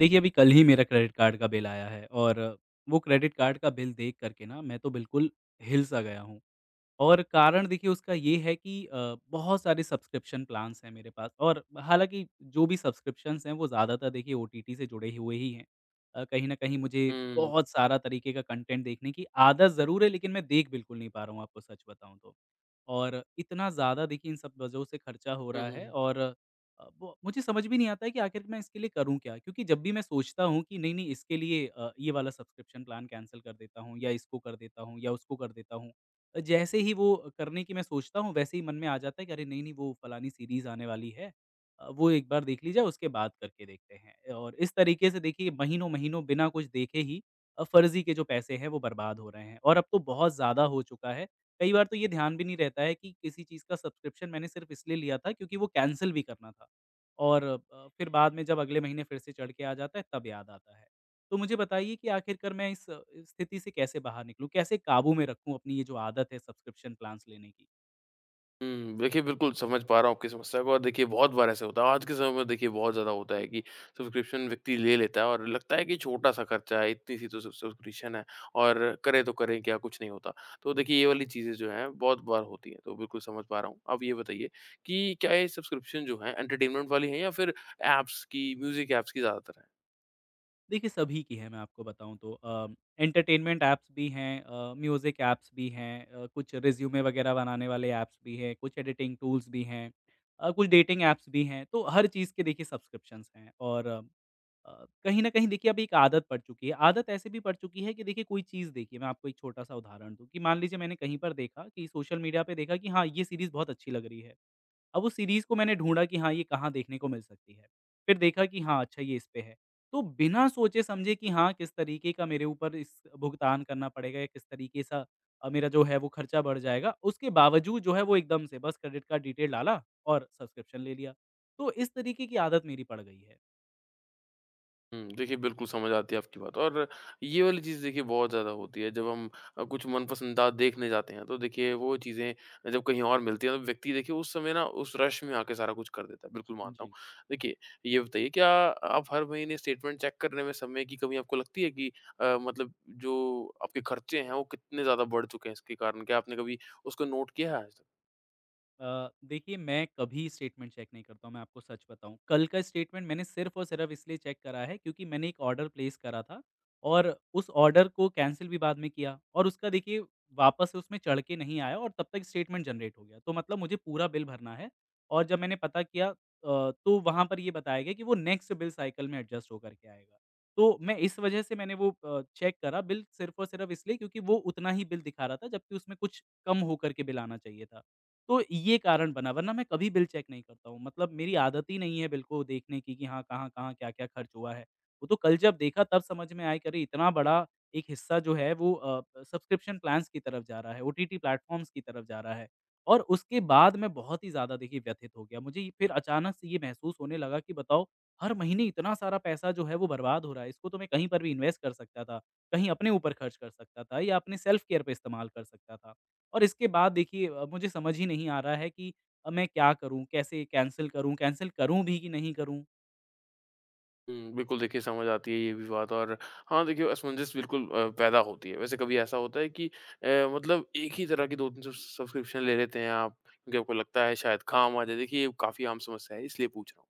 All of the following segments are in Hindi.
देखिए, अभी कल ही मेरा क्रेडिट कार्ड का बिल आया है और वो क्रेडिट कार्ड का बिल देख कर के ना मैं तो बिल्कुल हिल-सा गया हूँ। और कारण देखिए उसका ये है कि बहुत सारे सब्सक्रिप्शन प्लान्स हैं मेरे पास और हालाँकि जो भी सब्सक्रिप्शंस हैं वो ज़्यादातर देखिए ओटीटी से जुड़े हुए ही हैं। कहीं न कहीं मुझे हुँ। बहुत सारा तरीके का कंटेंट देखने की आदत ज़रूर है, लेकिन मैं देख बिल्कुल नहीं पा रहा हूँ, आपको सच बताऊँ तो। और इतना ज़्यादा देखिए इन सब वजहों से खर्चा हो हुँ, रहा है हुँ। और वो मुझे समझ भी नहीं आता है कि आखिर मैं इसके लिए करूँ क्या? क्योंकि जब भी मैं सोचता हूँ कि नहीं-नहीं इसके लिए ये वाला सब्सक्रिप्शन प्लान कैंसल कर देता हूँ या इसको कर देता हूँ या उसको कर देता हूँ। जैसे ही वो करने की मैं सोचता हूँ, वैसे ही मन में आ जाता है कि अरे नहीं, नहीं वो फलानी सीरीज़ आने वाली है। वो एक बार देख ली जाए उसके बाद करके देखते हैं। और इस तरीके से देखिए महीनों-महीनों बिना कुछ देखे ही फ़र्ज़ी के जो पैसे हैं वो बर्बाद हो रहे हैं। और अब तो बहुत ज़्यादा हो चुका है। कई बार तो ये ध्यान भी नहीं रहता है कि किसी चीज़ का सब्सक्रिप्शन मैंने सिर्फ़ इसलिए लिया था क्योंकि वो कैंसल भी करना था। और फिर बाद में जब अगले महीने फिर से चढ़ के आ जाता है तब याद आता है। तो मुझे बताइए कि आखिरकार मैं इस स्थिति से कैसे बाहर निकलूँ? कैसे काबू में रखूँ अपनी ये जो आदत है सब्सक्रिप्शन प्लान्स लेने की? देखिए बिल्कुल समझ पा रहा हूँ आपकी समस्या को और देखिए बहुत बार ऐसा होता है। आज के समय में देखिए बहुत ज़्यादा होता है कि सब्सक्रिप्शन व्यक्ति ले लेता है और लगता है कि छोटा-सा खर्चा है, इतनी सी तो सब सब्सक्रिप्शन है और करें तो करें क्या, कुछ नहीं होता। तो देखिए ये वाली चीज़ें जो हैं बहुत बार होती हैं, तो बिल्कुल समझ पा रहा हूँ। अब ये बताइए कि क्या ये सब्सक्रिप्शन जो हैं एंटरटेनमेंट वाली हैं या फिर ऐप्स की, म्यूज़िक ऐप्स की ज़्यादातर हैं? देखिए, सभी की है, मैं आपको बताऊँ तो एंटरटेनमेंट ऐप्स भी हैं, म्यूज़िक ऐप्स भी हैं, कुछ रिज़्यूमे वगैरह बनाने वाले ऐप्स भी हैं, कुछ एडिटिंग टूल्स भी हैं, कुछ डेटिंग ऐप्स भी हैं। तो हर चीज़ के देखिए सब्सक्रिप्शंस हैं, और कहीं न कहीं देखिए अब एक आदत पड़ चुकी है। आदत ऐसे भी पड़ चुकी है कि देखिए कोई चीज़, देखिए मैं आपको एक छोटा-सा उदाहरण दूँ कि मान लीजिए मैंने कहीं पर देखा, कि सोशल मीडिया पे देखा कि हाँ, ये सीरीज़ बहुत अच्छी लग रही है। अब उस सीरीज़ को मैंने ढूँढा कि हाँ, ये कहाँ देखने को मिल सकती है। फिर देखा कि हाँ, अच्छा ये इस पे है। तो बिना सोचे-समझे कि हाँ, किस तरीके का मेरे ऊपर इस भुगतान करना पड़ेगा या किस तरीके सा मेरा जो है वो खर्चा बढ़ जाएगा, उसके बावजूद जो है वो एकदम से बस क्रेडिट कार्ड डिटेल डाला और सब्सक्रिप्शन ले लिया। तो इस तरीके की आदत मेरी पड़ गई है। देखिए बिल्कुल समझ आती है आपकी बात और ये वाली चीज़ देखिए बहुत ज़्यादा होती है जब हम कुछ मनपसंदा देखने जाते हैं तो देखिए वो चीज़ें जब कहीं और मिलती हैं तो व्यक्ति देखिए उस समय ना उस रश में आके सारा कुछ कर देता है, बिल्कुल मानता हूँ। जी। देखिए ये बताइए क्या आप हर महीने स्टेटमेंट चेक करने में समय की कमी आपको लगती है कि मतलब जो आपके खर्चे हैं वो कितने ज़्यादा बढ़ चुके हैं इसके कारण? क्या आपने कभी उसको नोट किया है आज तक? देखिए, मैं कभी स्टेटमेंट चेक नहीं करता हूँ, मैं आपको सच बताऊँ। कल का स्टेटमेंट मैंने सिर्फ़ और सिर्फ़ इसलिए चेक करा है क्योंकि मैंने एक ऑर्डर प्लेस करा था, और उस ऑर्डर को कैंसल भी बाद में किया और उसका देखिए वापस से उसमें चढ़ के नहीं आया, और तब तक स्टेटमेंट जनरेट हो गया। तो मतलब मुझे पूरा बिल भरना है। और जब मैंने पता किया तो वहाँ पर ये बताया गया कि वो नेक्स्ट बिल साइकिल में एडजस्ट होकर के आएगा। तो मैं इस वजह से मैंने वो चेक करा बिल सिर्फ़ और सिर्फ़ इसलिए क्योंकि वो उतना ही बिल दिखा रहा था, जबकि उसमें कुछ कम होकर के बिल आना चाहिए था। तो ये कारण बना, वरना मैं कभी बिल चेक नहीं करता हूँ। मतलब मेरी आदत ही नहीं है बिल को देखने की, कि हाँ, कहाँ-कहाँ, क्या-क्या खर्च हुआ है। वो तो कल जब देखा तब समझ में आया कि अरे! इतना बड़ा एक हिस्सा जो है वो सब्सक्रिप्शन प्लान्स की तरफ जा रहा है, ओटीटी प्लेटफ़ॉर्म्स की तरफ जा रहा है। और उसके बाद मैं बहुत ही ज़्यादा देखिए व्यथित हो गया। मुझे फिर अचानक से ये महसूस होने लगा कि बताओ, हर महीने इतना सारा पैसा जो है वो बर्बाद हो रहा है। इसको तो मैं कहीं पर भी इन्वेस्ट कर सकता था, कहीं अपने ऊपर खर्च कर सकता था या अपने सेल्फ केयर पे इस्तेमाल कर सकता था। और इसके बाद देखिए मुझे समझ ही नहीं आ रहा है कि मैं क्या करूँ? कैसे कैंसल करूँ? कैंसल करूँ भी कि नहीं करूँ? बिल्कुल देखिए समझ आती है ये भी बात और हाँ, देखिए असमंजस बिल्कुल पैदा होती है। वैसे कभी ऐसा होता है कि अ, मतलब एक ही तरह की 2-3 सब्सक्रिप्शन ले लेते हैं आप, क्योंकि आपको लगता है शायद काम आ जाए? देखिए ये काफ़ी आम समस्या है इसलिए पूछ रहा हूँ।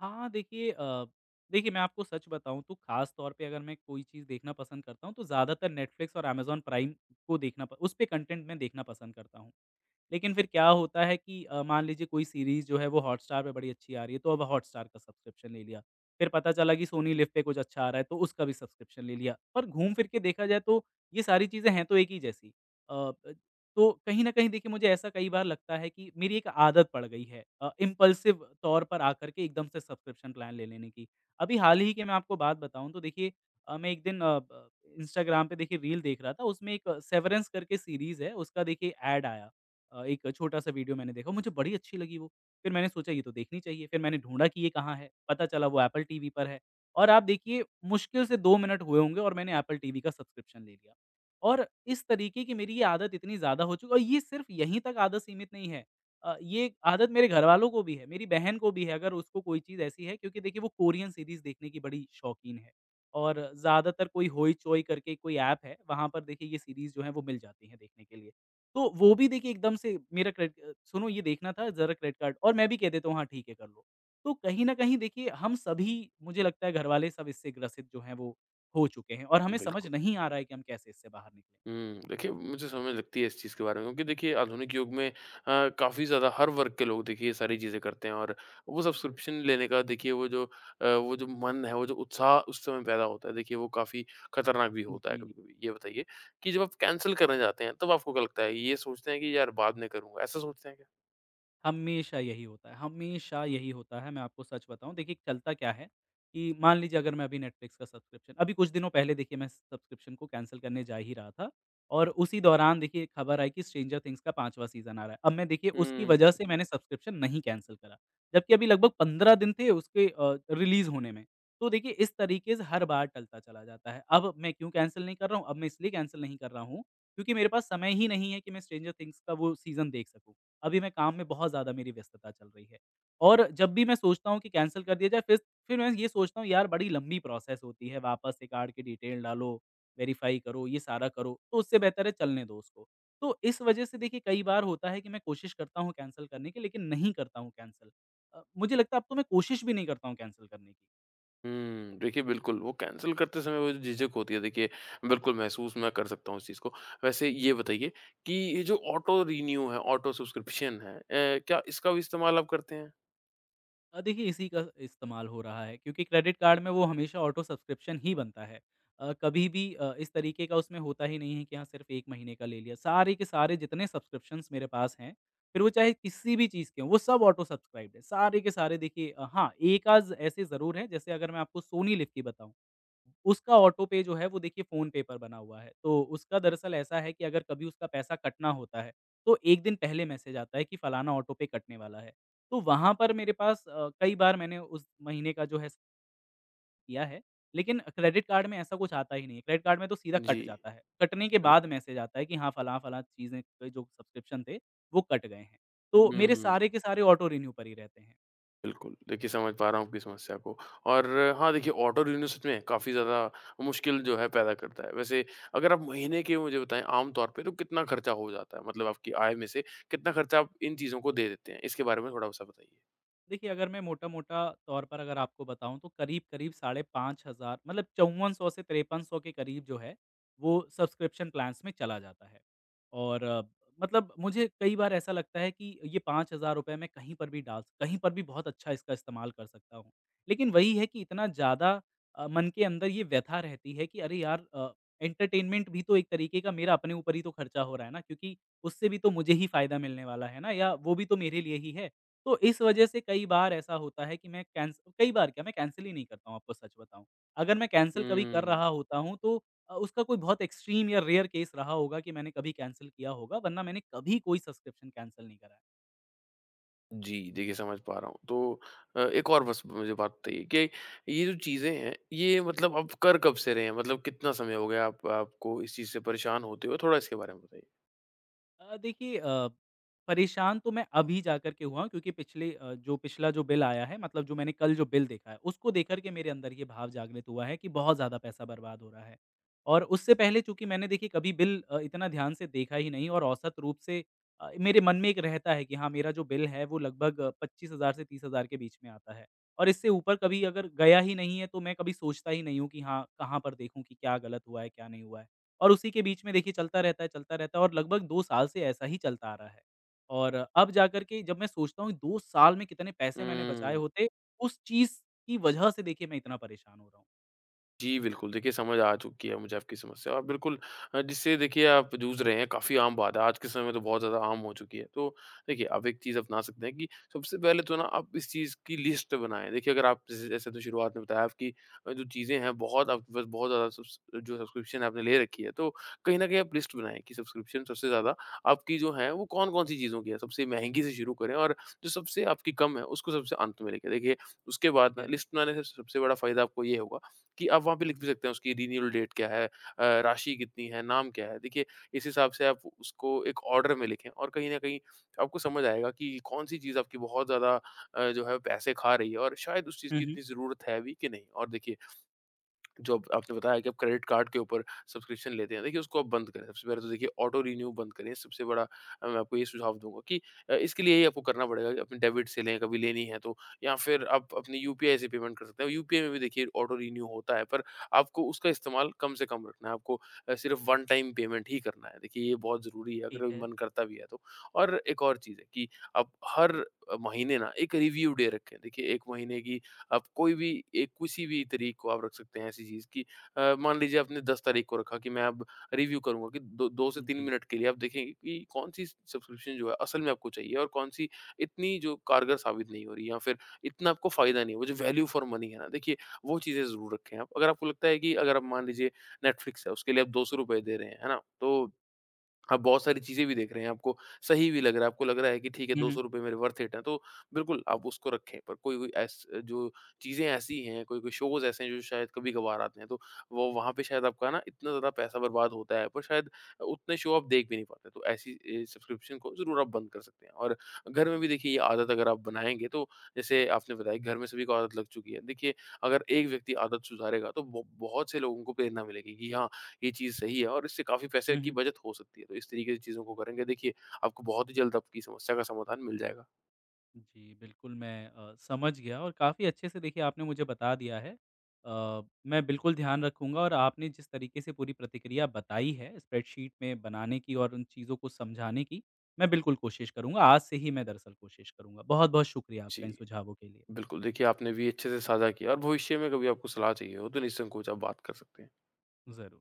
हाँ, देखिए मैं आपको सच बताऊँ तो ख़ास तौर पे अगर मैं कोई चीज़ देखना पसंद करता हूँ तो ज़्यादातर नेटफ्लिक्स और अमेज़न प्राइम को देखना प उस पे कंटेंट मैं देखना पसंद करता हूँ। लेकिन फिर क्या होता है कि मान लीजिए कोई सीरीज़ जो है वो हॉटस्टार पे बड़ी अच्छी आ रही है तो अब हॉटस्टार का सब्सक्रिप्शन ले लिया। फिर पता चला कि सोनी लिव पे कुछ अच्छा आ रहा है तो उसका भी सब्सक्रिप्शन ले लिया। पर घूम फिर के देखा जाए तो ये सारी चीज़ें हैं तो एक ही जैसी। अ, तो कहीं न कहीं देखिए मुझे ऐसा कई बार लगता है कि मेरी एक आदत पड़ गई है इम्पल्सिव तौर पर आकर के एकदम से सब्सक्रिप्शन प्लान ले लेने की। अभी हाल ही की मैं आपको बात बताऊँ तो देखिए मैं एक दिन अ, ब इंस्टाग्राम पे देखिए रील देख रहा था, उसमें एक सेवरेंस करके सीरीज़ है उसका देखिए ऐड आया। एक छोटा-सा वीडियो मैंने देखा, मुझे बड़ी अच्छी लगी वो। फिर मैंने सोचा ये तो देखनी चाहिए, फिर मैंने ढूँढा कि ये कहाँ है, पता चला वो एप्पल टीवी पर है। और आप देखिए मुश्किल से 2 मिनट हुए होंगे और मैंने एप्पल टीवी का सब्सक्रिप्शन ले लिया। और इस तरीके की मेरी ये आदत इतनी ज़्यादा हो चुकी, और ये सिर्फ़ यहीं तक आदत सीमित नहीं है। ये आदत मेरे घरवालों को भी है, मेरी बहन को भी है। अगर उसको कोई चीज़ ऐसी है, क्योंकि देखिए वो कोरियन सीरीज़ देखने की बड़ी शौकीन है, और ज़्यादातर कोई होई चोई करके कोई ऐप है, वहाँ पर देखिए ये सीरीज़ जो है वो मिल जाती है देखने के लिए। तो वो भी देखिए एकदम से, मेरा क्रेडिट, सुनो ये देखना था ज़रा, क्रेडिट कार्ड, और मैं भी कह देता हूँ हाँ ठीक है कर लो। तो कहीं न कहीं देखिए हम सभी, मुझे लगता है घरवाले सब इससे ग्रसित जो हैं वो हो चुके हैं, और हमें समझ बिल्कुल। नहीं आ रहा है कि हम कैसे इससे बाहर निकलें। देखिए मुझे समझ लगती है इस चीज़ के बारे में क्योंकि देखिए आधुनिक युग में काफ़ी ज़्यादा हर वर्ग के लोग देखिए ये सारी चीज़ें करते हैं और वो सब्सक्रिप्शन लेने का देखिए वो जो वो जो मन है, वो जो उत्साह उस समय पैदा होता है देखिए वो काफ़ी खतरनाक भी होता है जी। कभी-कभी। ये बताइए कि जब आप कैंसल करने जाते हैं तब आपको क्या लगता है? ये सोचते हैं कि यार बाद में करूँगा, ऐसा सोचते हैं हमेशा यही होता है, हमेशा यही होता है, मैं आपको सच बताऊँ। देखिए, चलता क्या है कि मान लीजिए अगर मैं अभी नेटफ्लिक्स का सब्सक्रिप्शन, अभी कुछ दिनों पहले देखिए मैं सब्सक्रिप्शन को कैंसल करने जा ही रहा था, और उसी दौरान देखिए खबर आई कि स्ट्रेंजर थिंग्स का 5वाँ सीज़न आ रहा है। अब मैं देखिए उसकी वजह क्या? से मैंने सब्सक्रिप्शन नहीं कैंसल करा, जबकि अभी लगभग 15 दिन थे उसके रिलीज़ होने में। तो देखिए इस तरीके से हर बार टलता चला जाता है। अब मैं क्यों कैंसल नहीं कर रहा हूँ? अब मैं इसलिए कैंसल नहीं कर रहा हूँ, क्योंकि मेरे पास समय ही नहीं है कि मैं स्ट्रेंजर थिंग्स का वो सीज़न देख सकूँ। अभी मैं काम में बहुत ज़्यादा, मेरी व्यस्तता चल रही है। और जब भी मैं सोचता हूँ कि कैंसल कर दिया जाए, फिर मैं ये सोचता हूँ यार बड़ी लंबी प्रोसेस होती है, वापस से कार्ड की डिटेल डालो, वेरीफ़ाई करो, ये सारा करो, तो उससे बेहतर है चलने दो उसको। तो इस वजह से देखिए कई बार होता है कि मैं कोशिश करता हूँ कैंसल करने की, लेकिन नहीं करता हूँ कैंसल। मुझे लगता है अब तो मैं कोशिश भी नहीं करता हूँ कैंसल करने की। देखिए बिल्कुल, वो कैंसल करते समय वो जो झिझक होती है देखिए बिल्कुल महसूस मैं कर सकता हूँ इस चीज़ को। वैसे ये बताइए कि ये जो ऑटो रिन्यू है, ऑटो सब्सक्रिप्शन है, क्या इसका भी इस्तेमाल आप करते हैं? देखिए इसी का इस्तेमाल हो रहा है क्योंकि क्रेडिट कार्ड में वो हमेशा ऑटो सब्सक्रिप्शन ही बनता है। कभी भी इस तरीके का उसमें होता ही नहीं है कि हाँ, सिर्फ़ 1 महीने का ले लिया। सारे के सारे जितने सब्सक्रिप्शंस मेरे पास हैं, फिर वो चाहे किसी भी चीज़ के हों, वो सब ऑटो सब्सक्राइब्ड है। सारे के सारे देखिए हाँ, एक आज़ ऐसे ज़रूर हैं, जैसे अगर मैं आपको सोनी लिव की बताऊँ, उसका ऑटो पे जो है वो देखिए फ़ोन पे पर बना हुआ है। तो उसका दरअसल ऐसा है कि अगर कभी उसका पैसा कटना होता है, तो 1 दिन पहले मैसेज आता है कि फलाना ऑटो पे कटने वाला है। तो वहाँ पर मेरे पास कई बार मैंने उस महीने का जो है किया है, लेकिन क्रेडिट कार्ड में ऐसा कुछ आता ही नहीं है। क्रेडिट कार्ड में तो सीधा जी, कट जाता है। कटने के बाद बिल्कुल। मैसेज आता है कि हाँ, फलाँ-फलाँ चीज़ें के जो सब्सक्रिप्शन थे, वो कट गए हैं। तो मेरे हुँ, सारे के सारे ऑटो रिन्यू पर ही रहते हैं। बिल्कुल। देखिए समझ पा रहा हूँ आपकी समस्या को और हाँ, देखिए ऑटो रिन्यू सच में काफ़ी ज़्यादा मुश्किल जो है पैदा करता है। वैसे अगर आप महीने के मुझे बताएँ आम तौर पे तो कितना खर्चा हो जाता है? मतलब आपकी आय में से कितना खर्चा आप इन चीज़ों को दे देते हैं? इसके बारे में थोड़ा-सा बताइए। देखिए, अगर मैं मोटा-मोटा तौर पर अगर आपको बताऊँ तो करीब-करीब साढ़े 5,000, मतलब 5400 से 5300 के करीब जो है, वो सब्सक्रिप्शन प्लान्स में चला जाता है। और मतलब मुझे कई बार ऐसा लगता है कि ये ₹5000 मैं कहीं पर भी डाल कहीं पर भी बहुत अच्छा इसका इस्तेमाल कर सकता हूँ। लेकिन वही है कि इतना ज़्यादा मन के अंदर ये व्यथा रहती है कि अरे यार एंटरटेनमेंट भी तो एक तरीके का मेरा अपने ऊपर ही तो खर्चा हो रहा है ना, क्योंकि उससे भी तो मुझे ही फ़ायदा मिलने वाला है ना, या वो भी तो मेरे लिए ही है। तो इस वजह से कई बार ऐसा होता है कि मैं कैंस कई बार क्या, मैं कैंसल ही नहीं करता हूँ आपको सच बताऊँ। अगर मैं कैंसल कभी कर हुँ। रहा होता हूँ तो उसका कोई बहुत एक्सट्रीम या रेयर केस रहा होगा कि मैंने कभी कैंसल किया होगा, वरना मैंने कभी कोई सब्सक्रिप्शन कैंसल नहीं करा है। जी, देखिए समझ पा रहा हूँ। तो एक और बस मुझे बात बताइए कि ये जो चीज़ें हैं, ये मतलब आप कर कब से रहे हैं? मतलब कितना समय हो गया आप आपको इस चीज़ से परेशान होते हुए? थोड़ा इसके बारे में बताइए। देखिए परेशान तो मैं अभी जाकर के हुआ हूँ, क्योंकि जो पिछला जो बिल आया है, मतलब जो मैंने कल जो बिल देखा है, उसको देख कर के मेरे अंदर ये भाव जागृत हुआ है कि बहुत ज़्यादा पैसा बर्बाद हो रहा है। और उससे पहले चूँकि मैंने देखिए कभी बिल इतना ध्यान से देखा ही नहीं, और औसत रूप से मेरे मन में एक रहता है कि हाँ, मेरा जो बिल है वो लगभग 25,000 से 30,000 के बीच में आता है। और इससे ऊपर कभी अगर गया ही नहीं है तो मैं कभी सोचता ही नहीं हूँ कि हाँ, कहाँ पर देखूँ कि क्या गलत हुआ है, क्या नहीं हुआ है। और उसी के बीच में देखिए चलता रहता है, चलता रहता है, और लगभग 2 साल से ऐसा ही चलता आ रहा है। और अब जाकर के जब मैं सोचता हूँ 2 साल में कितने पैसे मैंने बचाए हुँ। होते, उस चीज़ की वजह से देखिए मैं इतना परेशान हो रहा हूँ। जी, बिल्कुल। देखिए, समझ आ चुकी है मुझे आपकी समस्या और बिल्कुल जिससे देखिए आप जूझ रहे हैं, काफ़ी आम बात है। आज के समय में तो बहुत ज़्यादा आम हो चुकी है। तो देखिए, आप एक चीज़ अपना सकते हैं कि सबसे पहले तो ना आप इस चीज़ की लिस्ट बनाएँ। देखिए, अगर आप जैसे जैसे तो शुरुआत में बताया आपकी जो चीज़ें हैं बहुत आपके पास बहुत ज़्यादा सब्स जो सब्सक्रिप्शन आपने ले रखी है, तो कहीं न कहीं आप लिस्ट बनाएँ कि सब्सक्रिप्शन सबसे ज़्यादा आपकी जो है, वो कौन-कौन सी चीज़ों की है। सबसे महँगी से शुरू करें और जो सबसे आपकी कम है, उसको सबसे अंत में लेके देखिए, उसके बाद ठीक ना है। लिस्ट बनाने से सबसे बड़ा फ़ायदा आपको ये होगा कि आप वहाँ पे लिख भी सकते हैं उसकी रिन्यूअल डेट क्या है? राशि कितनी है? नाम क्या है? देखिए, इस हिसाब से आप उसको एक ऑर्डर में लिखें और कहीं न कहीं आपको समझ आएगा कि कौन-सी चीज़ आपकी बहुत ज़्यादा जो है पैसे खा रही है और शायद उस चीज़ हुँ, की हुँ। इतनी ज़रूरत है भी कि नहीं। और देखिए जो अब आपने बताया कि आप क्रेडिट कार्ड के ऊपर सब्सक्रिप्शन लेते हैं, देखिए उसको आप बंद करें। सबसे पहले तो देखिए ऑटो रिन्यू बंद करें, सबसे बड़ा मैं आपको ये सुझाव दूँगा कि इसके लिए ही आपको करना पड़ेगा कि अपने डेबिट से लें, कभी लेनी है तो या फिर आप अपनी यूपीआई से पेमेंट कर सकते हैं। यूपीआई में भी देखिए ऑटो रिन्यू होता है, पर आपको उसका इस्तेमाल कम से कम रखना है, आपको सिर्फ वन टाइम पेमेंट ही करना है। देखिए ये बहुत ज़रूरी है, ठीक अगर कभी है। मन करता भी है तो। और एक और चीज़ है कि आप हर महीने ना एक रिव्यू डे रखें। देखिए 1 महीने की आप कोई भी एक किसी भी तारीख को आप रख सकते हैं ऐसी चीज़ की, मान लीजिए आपने 10 तारीख को रखा कि मैं अब रिव्यू करूँगा कि दो 2 से 3 जी। मिनट के लिए आप देखेंगे कि कौन-सी सब्सक्रिप्शन जो है असल में आपको चाहिए और कौन-सी इतनी जो कारगर साबित नहीं हो रही या फिर इतना आपको फ़ायदा नहीं है, वो जो वैल्यू फॉर मनी है ना, देखिए वो चीज़ें ज़रूर रखें आप। अगर आपको लगता है कि अगर आप मान लीजिए नेटफ्लिक्स है उसके लिए आप ₹200 दे रहे हैं, है ना? तो आप बहुत सारी चीज़ें भी देख रहे हैं, आपको सही भी लग रहा है, आपको लग रहा है कि ठीक है हुँ, हुँ। ₹200 मेरे वर्थ इट हैं, तो बिल्कुल आप उसको रखें। पर कोई-कोई ऐस जो चीज़ें ऐसी हैं, कोई-कोई शोज़ ऐसे हैं जो शायद कभी-कभार आते हैं, तो वो वहाँ पे शायद आपका ना इतना ज़्यादा पैसा बर्बाद होता है, पर शायद उतने शो आप देख भी नहीं पाते। तो ऐसी सब्सक्रिप्शन को ज़रूर आप बंद कर सकते हैं। और घर में भी देखिए ये आदत अगर आप बनाएँगे, तो जैसे आपने बताया घर में सभी को आदत लग चुकी है। देखिए, अगर एक व्यक्ति आदत सुधारेगा, तो ब बहुत से लोगों को प्रेरणा मिलेगी कि हाँ, ये चीज़ सही है और इससे काफ़ी पैसे हुँ, की हुँ। बचत हो सकती है। तो इस तरीके से चीज़ों को करेंगे देखिए, आपको बहुत ही जल्द आपकी समस्या का समाधान मिल जाएगा। जी, बिल्कुल मैं समझ गया, और काफ़ी अच्छे से देखिए आपने मुझे बता दिया है। अ, मैं बिल्कुल ध्यान रखूँगा, और आपने जिस तरीके से पूरी प्रतिक्रिया बताई है, स्प्रेडशीट में बनाने की और उन चीज़ों को समझाने की, मैं बिल्कुल कोशिश करूँगा। आज से ही मैं दरअसल कोशिश करूँगा। बहुत-बहुत शुक्रिया जी, आपका इन सुझावों के लिए। बिल्कुल देखिए आपने भी अच्छे से साझा किया और भविष्य में कभी आपको सलाह चाहिए हो तो निसंकोच आप बात कर सकते हैं। ज़रूर।